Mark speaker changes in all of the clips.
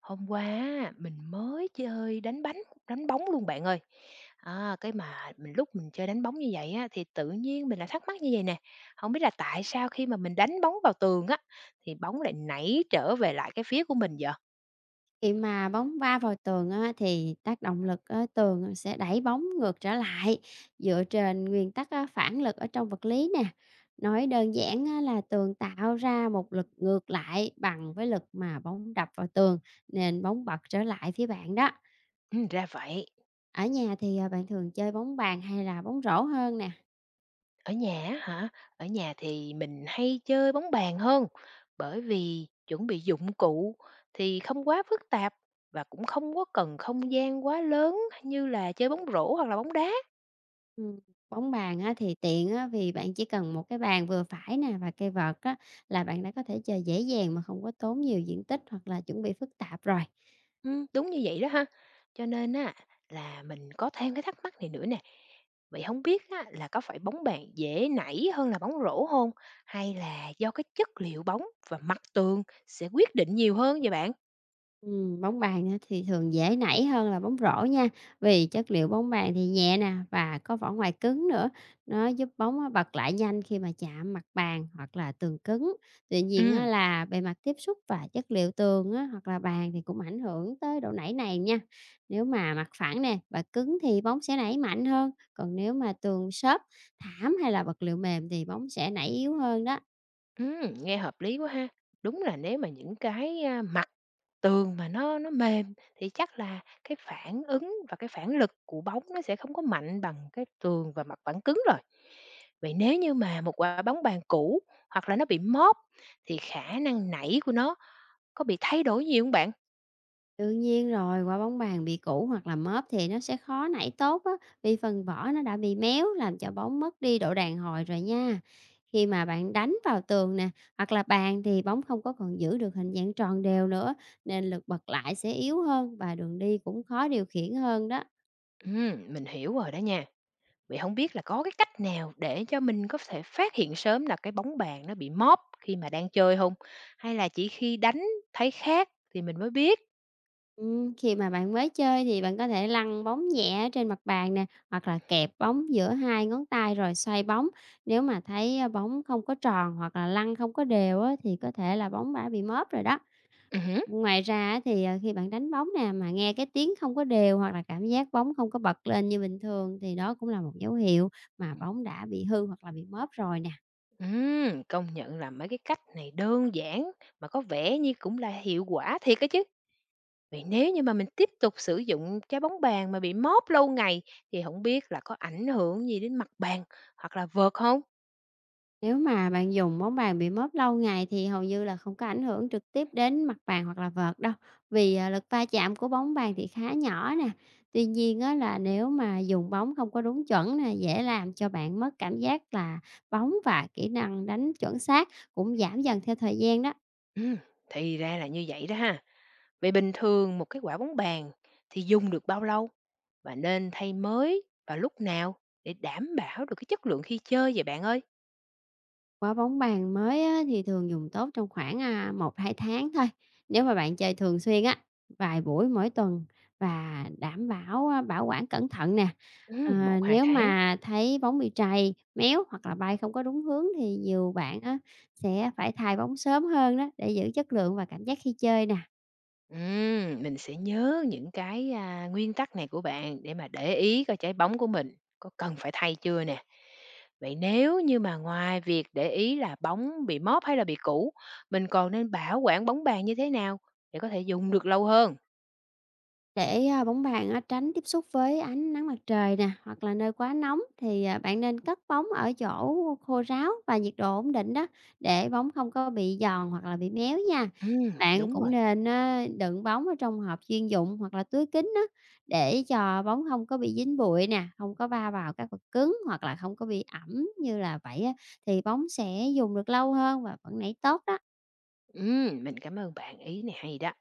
Speaker 1: Hôm qua á, mình mới chơi đánh bóng luôn bạn ơi. À, cái mà mình lúc mình chơi đánh bóng như vậy á, thì tự nhiên mình lại thắc mắc như vậy nè, không biết là tại sao khi mà mình đánh bóng vào tường á, thì bóng lại nảy trở về lại cái phía của mình vậy?
Speaker 2: Khi mà bóng va vào tường á, thì tác động lực ở tường sẽ đẩy bóng ngược trở lại dựa trên nguyên tắc á, phản lực ở trong vật lý nè. Nói đơn giản á, là tường tạo ra một lực ngược lại bằng với lực mà bóng đập vào tường nên bóng bật trở lại phía bạn đó.
Speaker 1: Ra vậy.
Speaker 2: Ở nhà thì bạn thường chơi bóng bàn hay là bóng rổ hơn nè?
Speaker 1: Ở nhà á hả? Ở nhà thì mình hay chơi bóng bàn hơn, bởi vì chuẩn bị dụng cụ thì không quá phức tạp, và cũng không có cần không gian quá lớn như là chơi bóng rổ hoặc là bóng đá.
Speaker 2: Ừ, bóng bàn á, thì tiện á, vì bạn chỉ cần một cái bàn vừa phải nè và cây vợt á, là bạn đã có thể chơi dễ dàng mà không có tốn nhiều diện tích hoặc là chuẩn bị phức tạp rồi.
Speaker 1: Đúng như vậy đó ha. Cho nên á là mình có thêm cái thắc mắc này nữa nè. Vậy không biết á, là có phải bóng bàn dễ nảy hơn là bóng rổ không? Hay là do cái chất liệu bóng và mặt tường sẽ quyết định nhiều hơn vậy bạn?
Speaker 2: Bóng bàn á thì thường dễ nảy hơn là bóng rổ nha, vì chất liệu bóng bàn thì nhẹ nè và có vỏ ngoài cứng nữa, nó giúp bóng á bật lại nhanh khi mà chạm mặt bàn hoặc là tường cứng. Tuy nhiên á
Speaker 1: Ừm.
Speaker 2: là bề mặt tiếp xúc và chất liệu tường á hoặc là bàn thì cũng ảnh hưởng tới độ nảy này nha. Nếu mà mặt phẳng nè và cứng thì bóng sẽ nảy mạnh hơn, còn nếu mà tường xốp, thảm hay là vật liệu mềm thì bóng sẽ nảy yếu hơn đó.
Speaker 1: Nghe hợp lý quá ha. Đúng là nếu mà những cái, mặt tường mà nó mềm, thì chắc là cái phản ứng và cái phản lực của bóng nó sẽ không có mạnh bằng cái tường và mặt phẳng cứng rồi. Vậy nếu như mà một quả bóng bàn cũ, hoặc là nó bị móp, thì khả năng nảy của nó có bị thay đổi gì không bạn?
Speaker 2: Đương nhiên rồi, quả bóng bàn bị cũ hoặc là móp thì nó sẽ khó nảy tốt á, vì phần vỏ nó đã bị méo làm cho bóng mất đi độ đàn hồi rồi nha. Khi mà bạn đánh vào tường nè, hoặc là bàn thì bóng không có còn giữ được hình dạng tròn đều nữa, nên lực bật lại sẽ yếu hơn và đường đi cũng khó điều khiển hơn đó.
Speaker 1: Mình hiểu rồi đó nha. Vậy không biết là có cái cách nào để cho mình có thể phát hiện sớm là cái bóng bàn nó bị móp khi mà đang chơi không? Hay là chỉ khi đánh thấy khác thì mình mới biết?
Speaker 2: Khi mà bạn mới chơi thì bạn có thể lăn bóng nhẹ ở trên mặt bàn nè, hoặc là kẹp bóng giữa hai ngón tay rồi xoay bóng. Nếu mà thấy, bóng không có tròn hoặc là lăn không có đều á, thì có thể là bóng đã bị móp rồi đó.
Speaker 1: Hứm.
Speaker 2: Ngoài ra á thì, khi bạn đánh bóng nè, mà nghe cái tiếng không có đều hoặc là cảm giác bóng không có bật lên như bình thường thì đó cũng là một dấu hiệu mà bóng đã bị hư hoặc là bị móp rồi nè.
Speaker 1: Công nhận là mấy cái cách này đơn giản, mà có vẻ như cũng là hiệu quả thiệt á chứ. Vậy nếu như mà mình tiếp tục sử dụng trái bóng bàn mà bị móp lâu ngày, thì không biết là có ảnh hưởng gì đến mặt bàn hoặc là vợt không?
Speaker 2: Nếu mà bạn dùng bóng bàn bị móp lâu ngày thì hầu như là không có ảnh hưởng trực tiếp đến mặt bàn hoặc là vợt đâu, vì, lực va chạm của bóng bàn thì khá nhỏ nè. Tuy nhiên á là nếu mà dùng bóng không có đúng chuẩn nè, dễ làm cho bạn mất cảm giác là bóng và kỹ năng đánh chuẩn xác cũng giảm dần theo thời gian đó.
Speaker 1: Ừm, thì ra là như vậy đó ha. Vậy bình thường một cái quả bóng bàn thì dùng được bao lâu? Và nên thay mới vào lúc nào để đảm bảo được cái chất lượng khi chơi vậy bạn ơi?
Speaker 2: Quả bóng bàn mới á, thì thường dùng tốt trong khoảng 1-2 tháng thôi. Nếu mà bạn chơi thường xuyên á, vài buổi mỗi tuần và đảm bảo, bảo quản cẩn thận nè. Ờ,
Speaker 1: 1, 2
Speaker 2: nếu
Speaker 1: tháng.
Speaker 2: mà thấy bóng bị trầy, méo hoặc là bay không có đúng hướng thì nhiều bạn á, sẽ phải thay bóng sớm hơn đó để giữ chất lượng và cảm giác khi chơi nè.
Speaker 1: Mình sẽ nhớ những cái, nguyên tắc này của bạn để mà để ý coi trái bóng của mình có cần phải thay chưa nè. Vậy nếu như mà ngoài việc để ý là bóng bị móp hay là bị cũ, mình còn nên bảo quản bóng bàn như thế nào để có thể dùng được lâu hơn?
Speaker 2: Bóng bàn á tránh tiếp xúc với ánh nắng mặt trời nè, hoặc là nơi quá nóng thì, bạn nên cất bóng ở chỗ khô ráo và nhiệt độ ổn định đó, để bóng không có bị giòn hoặc là bị méo nha. Bạn
Speaker 1: Đúng
Speaker 2: cũng
Speaker 1: rồi.
Speaker 2: nên á đựng bóng ở trong hộp chuyên dụng hoặc là túi kính đó để cho bóng không có bị dính bụi nè, không có va vào các vật cứng hoặc là không có bị ẩm như là vậy á, thì bóng sẽ dùng được lâu hơn và vẫn nảy tốt đó.
Speaker 1: Mình cảm ơn bạn, ý này hay đó.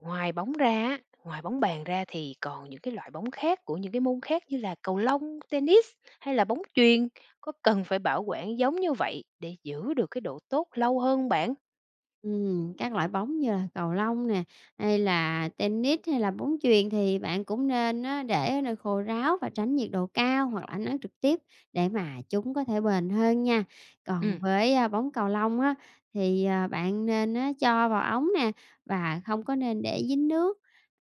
Speaker 1: Ngoài bóng bàn ra thì còn những cái loại bóng khác của những cái môn khác, như là cầu lông, tennis hay là bóng chuyền, có cần phải bảo quản giống như vậy để giữ được cái độ tốt lâu hơn hông bạn?
Speaker 2: Các loại bóng như là cầu lông nè, hay là tennis, hay là bóng chuyền thì bạn cũng nên á, để ở nơi khô ráo và tránh nhiệt độ cao hoặc là ánh nắng trực tiếp để mà chúng có thể bền hơn nha. Còn
Speaker 1: Ừm,
Speaker 2: với bóng cầu lông á, thì, bạn nên á, cho vào ống nè và không có nên để dính nước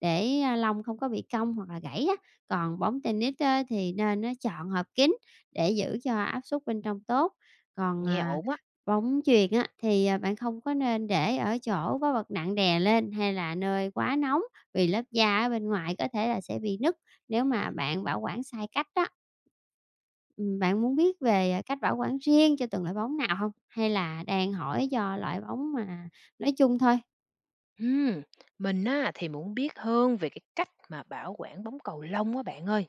Speaker 2: để lông không có bị cong hoặc là gãy á. Còn bóng tennis á thì nên á chọn hộp kín để giữ cho áp suất bên trong tốt. Còn,
Speaker 1: nghe
Speaker 2: à,
Speaker 1: ổn á.
Speaker 2: Bóng chuyền á thì, bạn không có nên để ở chỗ có vật nặng đè lên hay là nơi quá nóng, vì lớp da ở bên ngoài có thể là sẽ bị nứt nếu mà bạn bảo quản sai cách đó. Bạn muốn biết về cách bảo quản riêng cho từng loại bóng nào không? Hay là đang hỏi do loại bóng mà nói chung thôi?
Speaker 1: Ừm, mình á thì muốn biết hơn về cái cách mà bảo quản bóng cầu lông á bạn ơi.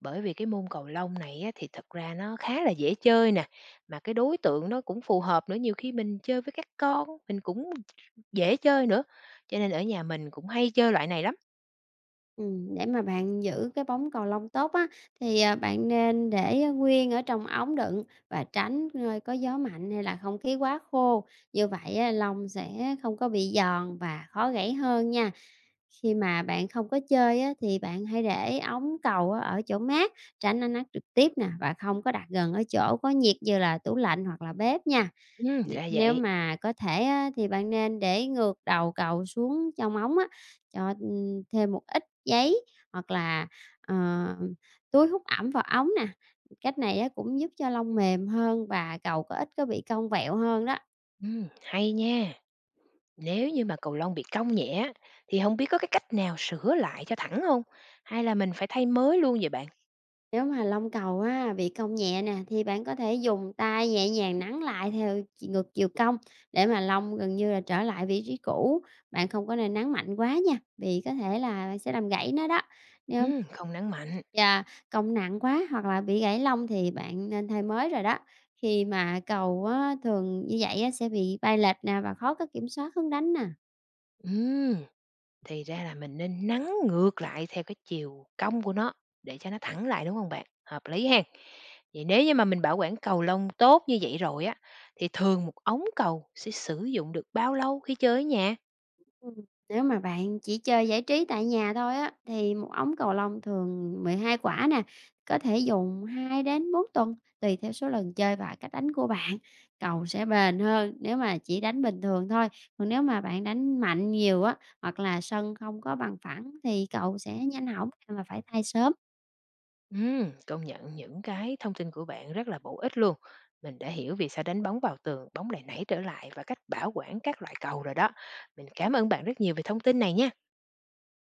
Speaker 1: Bởi vì cái môn cầu lông này á thì thật ra nó khá là dễ chơi nè, mà cái đối tượng nó cũng phù hợp nữa, nhiều khi mình chơi với các con mình cũng dễ chơi nữa, cho nên ở nhà mình cũng hay chơi loại này lắm.
Speaker 2: Để mà bạn giữ cái bóng cầu lông tốt á, thì, bạn nên để nguyên ở trong ống đựng và tránh nơi có gió mạnh hay là không khí quá khô. Như vậy á, lông sẽ không có bị giòn và khó gãy hơn nha. Khi mà bạn không có chơi á, thì bạn hãy để ống cầu á, ở chỗ mát, tránh ánh nắng trực tiếp nè và không có đặt gần ở chỗ có nhiệt như là tủ lạnh hoặc là bếp nha. N
Speaker 1: Ra
Speaker 2: nếu
Speaker 1: vậy.
Speaker 2: mà có thể á, thì bạn nên để ngược đầu cầu xuống trong ống á, cho thêm một ít giấy hoặc là, ờ, túi hút ẩm vào ống nè. Cách này á, cũng giúp cho lông mềm hơn và cầu có ít có bị cong vẹo hơn đó.
Speaker 1: Hay nha. Nếu như mà cầu lông bị cong nhẹ á, thì không biết có cái cách nào sửa lại cho thẳng không? Hay là mình phải thay mới luôn vậy bạn?
Speaker 2: Nếu mà lông cầu á, bị cong nhẹ nè, thì bạn có thể dùng tay nhẹ nhàng nắn lại theo chiều ngược chiều cong để mà lông gần như là trở lại vị trí cũ. Bạn không có nên nắn mạnh quá nha, vì có thể là bạn sẽ làm gãy nó đó. Nếu
Speaker 1: Không nắng mạnh.
Speaker 2: Yeah, cong nặng quá hoặc là bị gãy lông thì bạn nên thay mới rồi đó. Khi mà cầu á, thường như vậy á, sẽ bị bay lệch nè và khó có kiểm soát hướng đánh nè.
Speaker 1: Ừm. Thì ra là mình nên nắn ngược lại theo cái chiều cong của nó để cho nó thẳng lại, đúng không bạn? Hợp lý ha. Vậy nếu như mà mình bảo quản cầu lông tốt như vậy rồi á, thì thường một ống cầu sẽ sử dụng được bao lâu khi chơi ở nhà?
Speaker 2: Ừm, nếu mà bạn chỉ chơi giải trí tại nhà thôi á, thì một ống cầu lông thường 12 quả nè, có thể dùng 2 đến 4 tuần tùy theo số lần chơi và cách đánh của bạn. Cầu sẽ bền hơn nếu mà chỉ đánh bình thường thôi. Còn nếu mà bạn đánh mạnh nhiều á, hoặc là sân không có bằng phẳng thì cầu sẽ nhanh hỏng và phải thay sớm.
Speaker 1: Công nhận những cái thông tin của bạn rất là bổ ích luôn. Mình đã hiểu vì sao đánh bóng vào tường, bóng lại nảy trở lại, và cách bảo quản các loại cầu rồi đó. Mình cảm ơn bạn rất nhiều về thông tin này nha.